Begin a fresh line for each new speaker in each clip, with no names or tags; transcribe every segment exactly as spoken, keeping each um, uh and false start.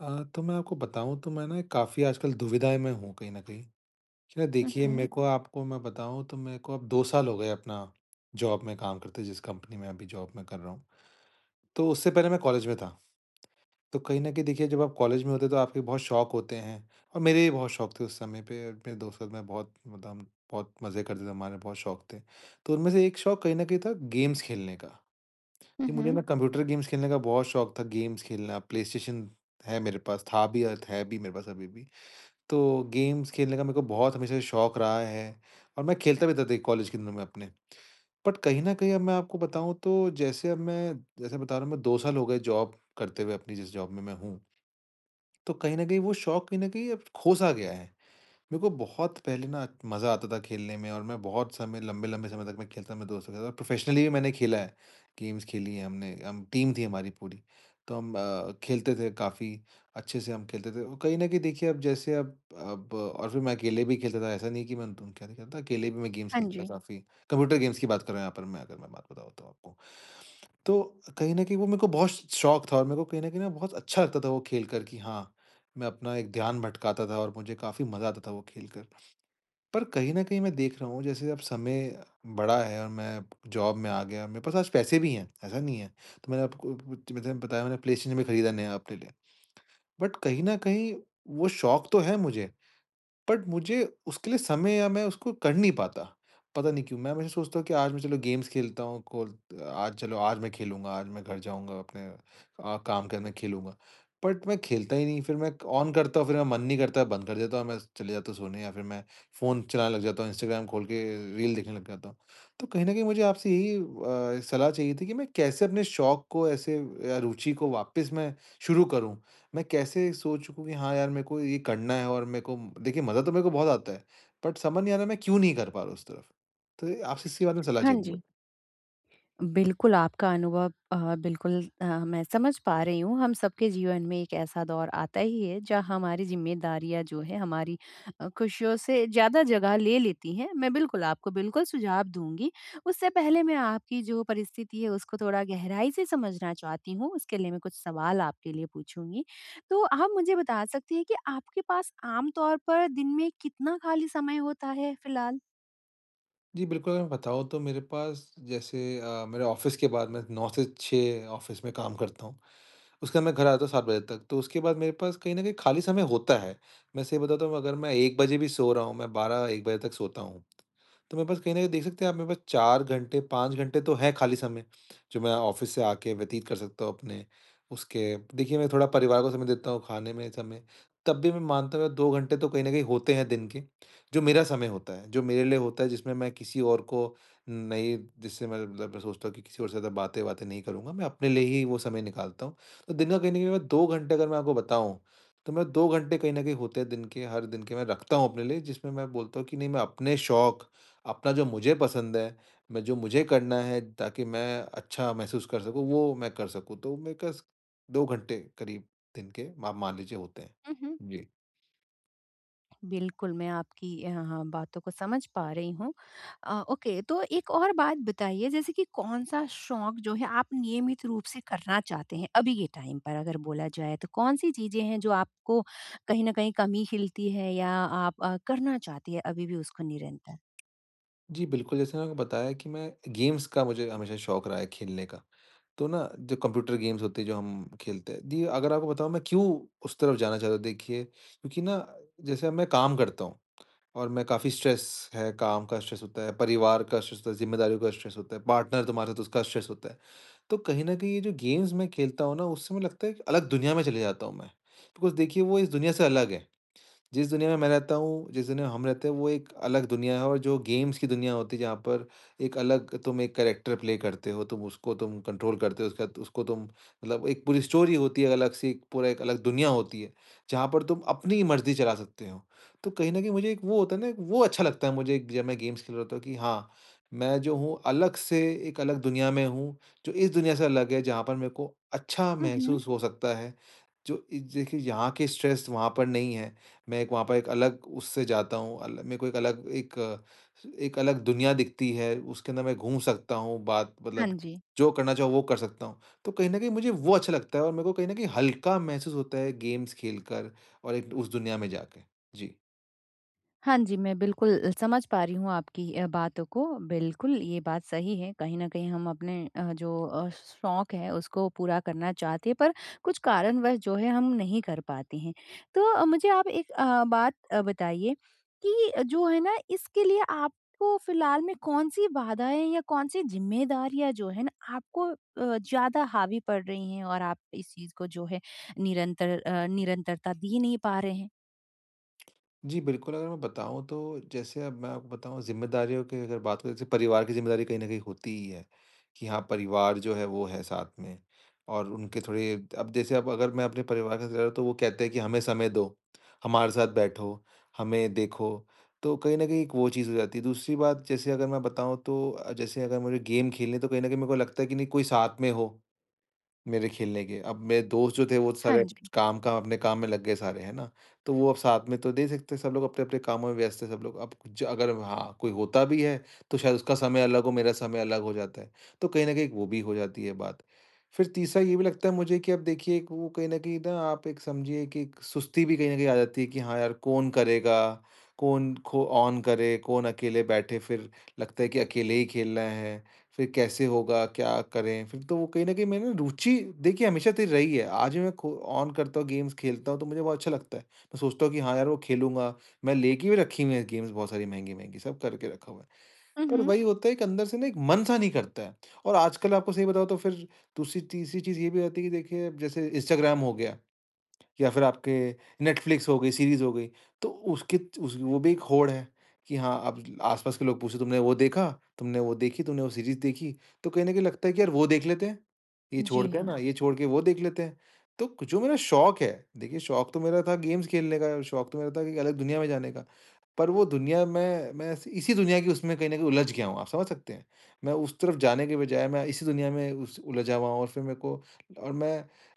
अ, तो मैं आपको बताऊँ तो मैं ना काफ़ी आजकल दुविधा में हूँ कहीं न कहीं। क्या
हुँ,
देखिए, मेरे
हुँ।
को आपको मैं बताऊँ तो मेरे को अब दो साल हो गए अपना जॉब में काम करते, जिस कंपनी में अभी जॉब मैं कर रहा हूँ। तो उससे पहले मैं कॉलेज में था। तो कहीं न कहीं देखिए, जब आप कॉलेज में होते हैं तो आपके बहुत शौक होते हैं, और मेरे भी बहुत शौक थे उस समय पे, और मेरे दोस्तों में बहुत, मतलब हम बहुत मज़े करते थे, हमारे बहुत शौक थे। तो उनमें से एक शौक कहीं न कहीं था गेम्स खेलने का।
हुँ,
जी, मुझे ना
हुँ।
कंप्यूटर गेम्स खेलने का बहुत शौक था, गेम्स खेलना, प्लेस्टेशन है मेरे पास, था भी और है भी मेरे पास अभी भी। तो गेम्स खेलने का मेरे को बहुत हमेशा से शौक रहा है और मैं खेलता भी था देखिए, कॉलेज के दिनों में अपने। बट कहीं न कहीं अब मैं आपको बताऊँ तो, जैसे अब मैं जैसे बता रहा हूँ, मैं दो साल हो गए जॉब करते हुए अपनी, जिस जॉब में मैं हूँ। तो कहीं न कहीं वो शौक कहीं न कहीं अब खो-सा गया है। मेरे को बहुत पहले ना मज़ा आता था खेलने में, और मैं बहुत समय, लंबे-लंबे समय तक मैं खेलता था, मेरे दोस्तों के साथ, और प्रोफ़ेशनली भी मैंने खेला है। गेम्स खेली हैं हमने, हम टीम थी हमारी पूरी। तो हम अ, खेलते थे काफ़ी, अच्छे से हम खेलते थे। और कहीं न कहीं देखिए, अब जैसे अब अब और फिर मैं अकेले भी खेलता था, ऐसा नहीं कि मैं उनके साथ ही खेलता था, अकेले भी मैं गेम्स
हाँ
खेलता था
जी।
काफ़ी। कंप्यूटर गेम्स की बात कर रहा हूँ यहाँ पर मैं, अगर मैं बात बताऊँ तो आपको। तो कहीं न कहीं वो मेरे को बहुत शौक था, और मेरे को कहीं न कहीं ना बहुत अच्छा लगता था वो खेल कर, कि हाँ, मैं अपना एक ध्यान भटकाता था और मुझे काफ़ी मज़ा आता था वो खेलकर। पर कहीं न कहीं मैं देख रहा हूँ, जैसे अब समय बड़ा है और मैं जॉब में आ गया, मेरे पास आज पैसे भी हैं, ऐसा नहीं है। तो मैंने आपको कुछ- मैंने बताया, मैंने प्लेस्टेशन भी खरीदा नया अपने लिए। बट कहीं न कहीं वो शौक तो है मुझे, बट मुझे उसके लिए समय, या मैं उसको कर नहीं पाता। पता नहीं क्यों? मैं हमेशा सोचता हूँ कि आज मैं, चलो गेम्स खेलता हूँ, कोल आज चलो, आज मैं खेलूँगा, आज मैं घर जाऊँगा अपने अ, काम करने, खेलूँगा। बट मैं खेलता ही नहीं, फिर मैं ऑन करता हूँ, फिर मेरा मन नहीं करता, बंद कर देता हूँ, मैं चले जाता हूँ सोने, या फिर मैं फ़ोन चलाने लग जाता हूँ, इंस्टाग्राम खोल के रील देखने लग जाता हूँ। तो कहीं न कहीं मुझे आपसे यही अ, सलाह चाहिए थी, कि मैं कैसे अपने शौक को ऐसे, या रुचि को वापस मैं शुरू करूँ? मैं कैसे सोच चुकूँ कि हाँ यार, मेरे को ये करना है, और मेरे को देखिए मज़ा तो मेरे को बहुत आता है, बट समझ नहीं आ रहा मैं क्यों नहीं कर पा रहा हूँ उस तरफ? तो आपसे इसी बारे में सलाह
हाँ
चाहिए थी
जी।
मुझे।
बिल्कुल, आपका अनुभव अ, बिल्कुल अ, मैं समझ पा रही हूँ। हम सबके जीवन में एक ऐसा दौर आता ही है जहाँ हमारी ज़िम्मेदारियाँ जो हैं हमारी अ, खुशियों से ज़्यादा जगह ले लेती हैं। मैं बिल्कुल आपको बिल्कुल सुझाव दूँगी। उससे पहले मैं आपकी जो परिस्थिति है उसको थोड़ा गहराई से समझना चाहती हूँ। उसके लिए मैं कुछ सवाल आपके लिए पूछूँगी। तो आप मुझे बता सकती हैं कि आपके पास आम तौर पर दिन में कितना खाली समय होता है फ़िलहाल?
जी बिल्कुल, अगर मैं बताऊँ तो, मेरे पास जैसे, अ, मेरे ऑफ़िस के बाद, मैं नौ से छह ऑफ़िस में काम करता हूँ। उसके बाद मैं घर आता हूँ सात बजे तक, तो उसके बाद मेरे पास कहीं न कहीं खाली समय होता है। मैं सही बताता हूँ, अगर मैं एक बजे भी सो रहा हूँ, मैं बारह एक बजे तक सोता हूँ। तो मेरे पास कहीं न कहीं, देख सकते हैं आप, मेरे पास चार घंटे, पाँच घंटे तो हैं खाली समय, जो मैं ऑफ़िस से आके व्यतीत कर सकता हूँ अपने। उसके देखिए, मैं थोड़ा परिवार को समय देता हूँ, खाने में समय, तब भी मैं मानता हूँ दो घंटे तो कहीं न कहीं होते हैं दिन के, जो मेरा समय होता है, जो मेरे लिए होता है, जिसमें मैं किसी और को नहीं, जिससे मैं, मतलब मैं सोचता हूँ कि किसी और से ज़्यादा बातें-वातें नहीं करूँगा, मैं अपने लिए ही वो समय निकालता हूँ। तो दिन का कहीं न कहीं मैं दो घंटे, अगर मैं आपको बताऊँ, तो मैं दो घंटे कहीं न कहीं होते हैं दिन के, हर दिन के, मैं रखता हूँ अपने लिए, जिसमें मैं बोलता हूँ कि नहीं, मैं अपने शौक, अपना जो मुझे पसंद है, मैं जो मुझे करना है, ताकि मैं अच्छा महसूस कर सकूँ, वो मैं कर सकूँ। तो मेरे पास दो घंटे करीब दिन के, आप मान लीजिए, होते हैं।
हुँ, हुँ।
जी।
बिल्कुल, मैं आपकी अ, हाँ, बातों को समझ पा रही हूँ। अ, ओके, तो एक और बात बताइए जैसे कि कौन-सा शौक जो है आप नियमित रूप से करना चाहते हैं, अभी के टाइम पर अगर बोला जाए तो कौन-सी चीज़ें हैं जो आपको कहीं न कहीं कमी खिलती है या आप अ, करना चाहती हैं अभी भी उसको निरंतर?
जी, बिल्कुल, जैसे मैंने आपको बताया, कि मैं गेम्स का, मुझे हमेशा शौक रहा है खेलने का। तो ना, जो कंप्यूटर गेम्स होते हैं, जो हम खेलते हैं, दी अगर आपको बताऊँ मैं क्यों उस तरफ जाना चाहता हूँ देखिए, क्योंकि ना, जैसे मैं काम करता हूँ और मैं काफ़ी स्ट्रेस है, काम का स्ट्रेस होता है, परिवार का स्ट्रेस होता है, ज़िम्मेदारियों का स्ट्रेस होता है, पार्टनर तुम्हारे साथ, उसका स्ट्रेस होता है। तो कहीं न कहीं ये जो गेम्स मैं खेलता हूँ ना, उससे मुझे लगता है, एक अलग दुनिया में चले जाता हूँ मैं। बिकॉज़ देखिए, वो इस दुनिया से अलग है। जिस दुनिया में मैं रहता हूँ, जिस दुनिया में हम रहते हैं, वो एक अलग दुनिया है, और जो गेम्स की दुनिया होती है, जहाँ पर एक अलग, तुम एक कैरेक्टर प्ले करते हो, तुम उसको तुम कंट्रोल करते हो, उसके बाद उसको तुम, मतलब एक पूरी स्टोरी होती है अलग से, एक पूरा, एक अलग दुनिया होती है, जहाँ पर तुम अपनी मर्ज़ी चला सकते हो। तो कहीं न कहीं मुझे एक वो होता है ना, एक वो अच्छा लगता है मुझे, जब मैं गेम्स खेल रहा होता हूँ, कि हाँ, मैं जो हूँ अलग से, एक अलग दुनिया में हूँ, जो इस दुनिया से अलग है, जहाँ पर मेरे को अच्छा
हुँ, हुँ।
महसूस हो सकता है। जो इ देखिए, यहाँ के स्ट्रेस वहाँ पर नहीं है, मैं एक वहाँ पर, एक अलग उससे जाता हूँ, अल मेरे को एक अलग, एक अ, एक अलग दुनिया दिखती है, उसके अंदर मैं घूम सकता हूँ, बात,
हाँ
मतलब
जी।
जो करना चाहो, वो कर सकता हूँ। तो कहीं न कहीं मुझे वो अच्छा लगता है, और मेरे को कहीं न कहीं हल्का महसूस होता है गेम्स खेलकर, और एक उस दुनिया में जाके। जी।
हाँ जी, मैं बिल्कुल अ, समझ पा रही हूँ आपकी अ, बातों को। बिल्कुल, ये बात सही है, कहीं न कहीं हम अपने अ, जो अ, शौक है, उसको पूरा करना चाहते हैं, पर कुछ कारणवश जो है, हम नहीं कर पाते हैं। तो अ, मुझे आप एक अ, बात अ, बताइए कि अ, जो है ना, इसके लिए आपको फ़िलहाल में कौन-सी बाधाएँ या कौन-सी ज़िम्मेदारियाँ जो है ना, आपको अ, ज़्यादा हावी पड़ रही हैं और आप इस चीज़ को जो है, निरंतर अ, निरंतरता दे नहीं पा रहे हैं?
जी, बिल्कुल, अगर मैं बताऊँ, तो जैसे अब मैं आपको बताऊँ, ज़िम्मेदारियों की अगर बात करें, जैसे परिवार की ज़िम्मेदारी कहीं न कहीं होती ही है, कि हाँ, परिवार जो है वो है साथ में, और उनके थोड़े, अब जैसे, अब अगर मैं अपने परिवार के साथ रह रहा हूँ, तो वो कहते हैं कि हमें समय दो, हमारे साथ बैठो, हमें देखो, तो कहीं न कहीं एक वो चीज़ हो जाती है। दूसरी बात जैसे अगर मैं बताऊँ तो अ, जैसे, अगर मुझे गेम खेलने, तो कहीं न कहीं मेरे को लगता है कि नहीं, कोई साथ में हो मेरे खेलने के। अब मेरे दोस्त जो थे, वो
हाँ
सारे
जी।
काम का, अपने काम में लग गए सारे, है ना? तो वो अब साथ में तो नहीं सकते, सब लोग अपने-अपने कामों में व्यस्त हैं सब लोग। अब ज अगर हाँ, कोई होता भी है, तो शायद उसका समय अलग हो, मेरा समय अलग हो जाता है। तो कहीं न कहीं वो भी हो जाती है बात। फिर तीसरा ये भी लगता है मुझे, कि अब देखिए, एक वो कहीं न कहीं ना, आप एक समझिए, कि एक सुस्ती भी कहीं न कहीं आ जाती है, कि हाँ यार, कौन करेगा? कौन खो ऑन करे? कौन अकेले बैठे, फिर लगता है कि अकेले ही खेलना है। फिर कैसे होगा, क्या करें? फिर तो वो कहीं न कहीं मेरी ना, रुचि देखिए हमेशा से रही है। आज भी मैं खो ऑन करता हूँ, गेम्स खेलता हूँ, तो मुझे बहुत अच्छा लगता है। मैं सोचता हूँ कि हाँ यार, वो खेलूँगा। मैं लेके भी रखी हुई है, गेम्स बहुत सारी महँगी-महँगी, सब करके रखा हुआ है।
हुँ,
पर
हुँ।
वही होता है, कि अंदर से ना, एक मन सा नहीं करता है। और आजकल आपको सही बताऊँ, तो फिर दूसरी तीसरी चीज़ ये भी हो जाती है, कि देखिए, जैसे इंस्टाग्राम हो गया, या फिर आपके नेटफ्लिक्स हो गई, सीरीज़ हो गई, तो उसकी, उस, वो भी एक होड़ है, कि हाँ, अब आस-पास के लोग पूछे, "तुमने वो देखा? तुमने वो देखी? तुमने वो सीरीज़ देखी?" तो कहीं न कहीं लगता है कि यार, वो देख लेते हैं, ये छोड़
जी,
के
हाँ।
ना, ये छोड़ के वो देख लेते हैं। तो क जो मेरा शौक है, देखिए, शौक तो मेरा था गेम्स खेलने का, शौक तो मेरा था कि अलग दुनिया में जाने का, पर वो दुनिया में मैं ऐसे- इसी दुनिया की, उसमें कहीं न कहीं उलझ गया हूँ, आप समझ सकते हैं? मैं उस तरफ जाने के बजाय, मैं इसी दुनिया में उस उलझा हुआ हूँ, और फिर मेरे को, और मैं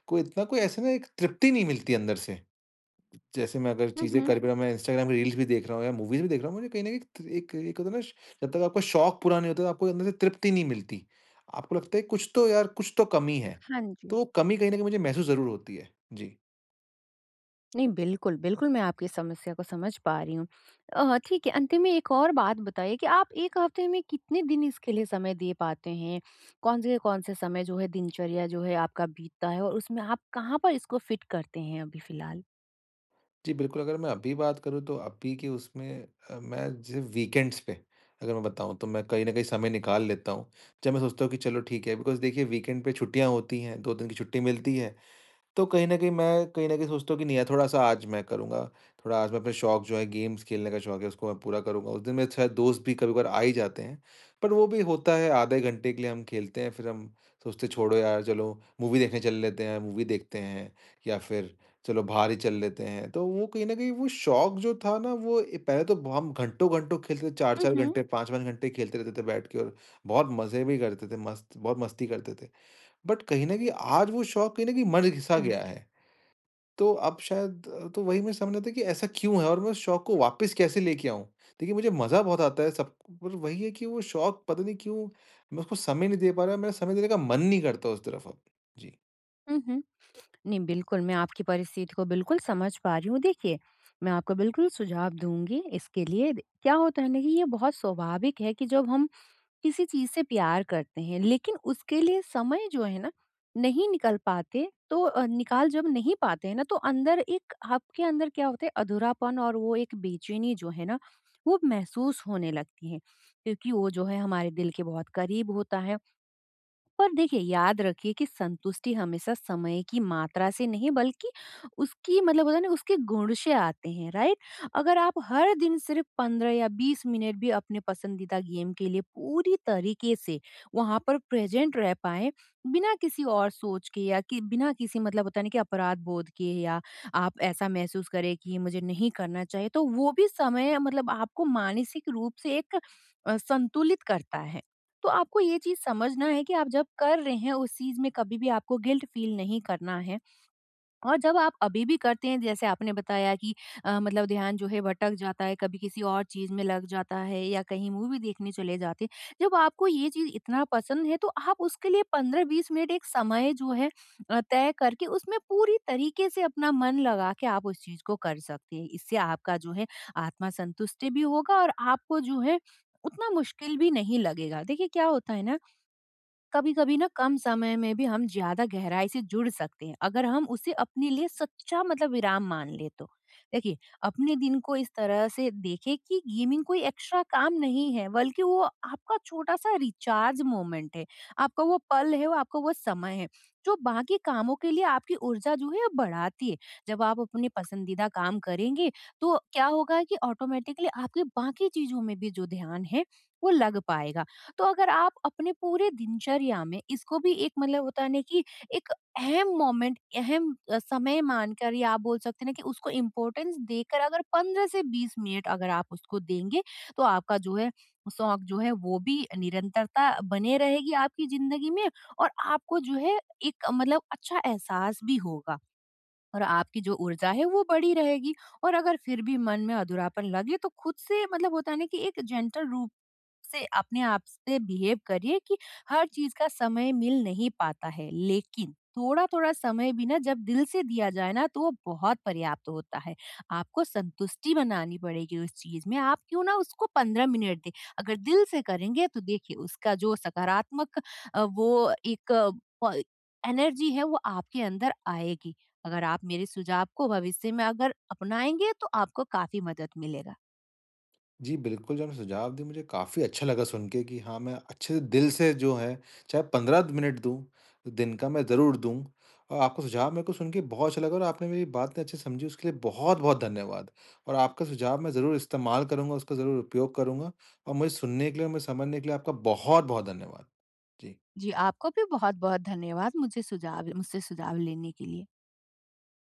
कोई इतना, कोई ऐसे ना, एक तृप्ति नहीं मिलती अंदर से। जैसे मैं अगर
हुँ,
चीज़ें
हुँ।
कर भी रहा हूँ, मैं इंस्टाग्राम की रील्स भी देख रहा हूँ, या मूवीज़ भी देख रहा हूँ, मुझे कहीं न कहीं एक एक होता है ना, जब तक आपका शौक पूरा नहीं होता, आपको अंदर से तृप्ति नहीं मिलती। आपको लगता है कुछ तो यार, कुछ तो कमी है।
हाँ
तो
जी।
वो कमी कहीं न कहीं मुझे महसूस ज़रूर होती है। जी।
नहीं, बिल्कुल, बिल्कुल मैं आपकी समस्या को समझ पा रही हूँ। अ, ठीक है, अंत में एक और बात बताइए कि आप एक हफ्ते में कितने दिन इसके लिए समय दे पाते हैं? कौन से कौन से समय जो है दिनचर्या जो है आपका बीतता है और उसमें आप कहाँ पर इसको फिट करते हैं अभी फ़िलहाल?
जी, बिल्कुल, अगर मैं अभी बात करूँ, तो अभी के उसमें अ, मैं जैसे वीकेंड्स पे, अगर मैं बताऊँ, तो मैं कहीं न कहीं समय निकाल लेता हूँ। जब मैं सोचता हूँ कि चलो ठीक है, बिकॉज़ देखिए, वीकेंड पे छुट्टियाँ होती हैं, दो दिन की छुट्टी मिलती है। तो कहीं न कहीं मैं, कहीं न कहीं सोचता हूँ कि नहीं यार, थोड़ा-सा आज मैं करूँगा, थोड़ा आज मैं अपने शौक, जो है गेम्स खेलने का शौक है, उसको मैं पूरा करूँगा। उस दिन मेरे शायद दोस्त भी कभी-कभार आ ही जाते हैं, पर वो भी होता है आधे घंटे के लिए हम खेलते हैं, फिर हम सोचते हैं छोड़ो यार, चलो मूवी देखने चल लेते हैं, मूवी देखते हैं, या फिर चलो बाहर ही चल लेते हैं। तो वो कहीं न कहीं वो शौक जो था ना, वो ए, पहले तो हम घंटों-घंटों खेलते थे,
हुँ,
चार चार
हुँ।
घंटे, पाँच पाँच घंटे खेलते रहते थे बैठ के, और बहुत मज़े भी करते थे, मस्त बहुत मस्ती करते थे। बट कहीं न कहीं आज वो शौक कहीं न कहीं मर घिसा
हाँ
गया
जी।
है। तो अब शायद, अ, तो वही मैं समझ नहीं आता, कि ऐसा क्यों है, और मैं उस शौक को वापस कैसे लेके आऊँ? देखिए, मुझे मज़ा बहुत आता है सब, पर वही है कि वो शौक, पता नहीं क्यों मैं उसको समय नहीं दे पा रहा, मेरा समय देने का मन नहीं करता उस तरफ अब। जी।
हुँ, हुँ। नहीं, बिल्कुल मैं आपकी परिस्थिति को बिल्कुल समझ पा रही हूँ। देखिए, मैं आपको बिल्कुल सुझाव दूँगी इसके लिए। क्या होता है ना कि ये बहुत स्वाभाविक है कि जब हम किसी चीज़ से प्यार करते हैं लेकिन उसके लिए समय जो है ना नहीं निकल पाते तो अ, निकाल जब नहीं पाते हैं ना तो अंदर एक आपके अंदर क्या होता है अधूरापन और वो एक बेचैनी जो है ना वो महसूस होने लगती है क्योंकि वो जो है हमारे दिल के बहुत करीब होता है। पर देखिए याद रखिए कि संतुष्टि हमेशा समय की मात्रा से नहीं बल्कि उसकी मतलब होता है ना उसके गुण से आते हैं, राइट। अगर आप हर दिन सिर्फ पंद्रह या बीस मिनट भी अपने पसंदीदा गेम के लिए पूरी तरीके से वहां पर प्रेजेंट रह पाए बिना किसी और सोच के या कि बिना किसी मतलब होता नहीं कि अपराध बोध के या आप ऐसा महसूस करें कि ये मुझे नहीं करना चाहिए, तो वो भी समय मतलब आपको मानसिक रूप से एक अ, संतुलित करता है। तो आपको ये चीज़ समझना है कि आप जब कर रहे हैं उस चीज़ में कभी भी आपको गिल्ट फील नहीं करना है और जब आप अभी भी करते हैं जैसे आपने बताया कि अ, मतलब ध्यान जो है भटक जाता है, कभी किसी और चीज़ में लग जाता है या कहीं मूवी देखने चले जाते हैं। जब आपको ये चीज़ इतना पसंद है तो आप उसके लिए पंद्रह बीस मिनट एक समय जो है अ, तय करके उसमें पूरी तरीके से अपना मन लगा के आप उस चीज़ को कर सकते हैं। इससे आपका जो है आत्मा संतुष्टि भी होगा और आपको जो है उतना मुश्किल भी नहीं लगेगा। देखिए क्या होता है ना, कभी कभी ना कम समय में भी हम ज्यादा गहराई से जुड़ सकते हैं अगर हम उसे अपने लिए सच्चा मतलब विराम मान ले तो। देखिए, अपने दिन को इस तरह से देखें कि गेमिंग कोई एक्स्ट्रा काम नहीं है बल्कि वो आपका छोटा सा रिचार्ज मोमेंट है। आपका वो पल है, वो आपका वो समय है जो बाकी कामों के लिए आपकी ऊर्जा जो है बढ़ाती है। जब आप अपने पसंदीदा काम करेंगे तो क्या होगा कि ऑटोमेटिकली आपके बाकी चीजों में भी जो ध्यान है वो लग पाएगा। तो अगर आप अपने पूरे दिनचर्या में इसको भी एक मतलब होता है ना कि एक अहम मोमेंट अहम अ, समय मानकर या आप बोल सकते हैं ना कि उसको इम्पोर्टेंस देकर, अगर पंद्रह से बीस मिनट अगर आप उसको देंगे तो आपका जो है शौक जो है वो भी निरंतरता बने रहेगी आपकी जिंदगी में और आपको जो है एक मतलब अच्छा एहसास भी होगा और आपकी जो ऊर्जा है वो बड़ी रहेगी। और अगर फिर भी मन में अधूरापन लगे तो खुद से मतलब होता है ना कि एक जेंटल रूप से अपने आप से बिहेव करिए कि हर चीज का समय मिल नहीं पाता है, लेकिन थोड़ा थोड़ा समय भी ना जब दिल से दिया जाए ना तो वो बहुत पर्याप्त होता है। आपको संतुष्टि बनानी पड़ेगी उस चीज में। आप क्यों ना उसको पंद्रह मिनट दे, अगर दिल से करेंगे तो देखिए उसका जो सकारात्मक अ, वो एक अ, प- एनर्जी है वो आपके अंदर आएगी। अगर आप मेरे सुझाव को भविष्य में अगर अपनाएंगे तो आपको काफी मदद मिलेगा।
जी, बिल्कुल, जो आपने सुझाव दिए, मुझे काफ़ी अच्छा लगा सुन के, कि हाँ, मैं अच्छे से दिल से जो है, चाहे पंद्रह मिनट दूँ, दिन का मैं ज़रूर दूँ। और आपका सुझाव मेरे को सुन के बहुत अच्छा लगा, और आपने मेरी बातें अच्छे से समझी, उसके लिए बहुत-बहुत धन्यवाद। और आपका सुझाव मैं ज़रूर इस्तेमाल करूँगा, उसका ज़रूर उपयोग करूँगा, और मुझे सुनने के लिए और मुझे समझने के लिए आपका बहुत-बहुत धन्यवाद। जी।
जी, आपका भी बहुत बहुत धन्यवाद मुझे सुझाव मुझसे सुझाव लेने के लिए।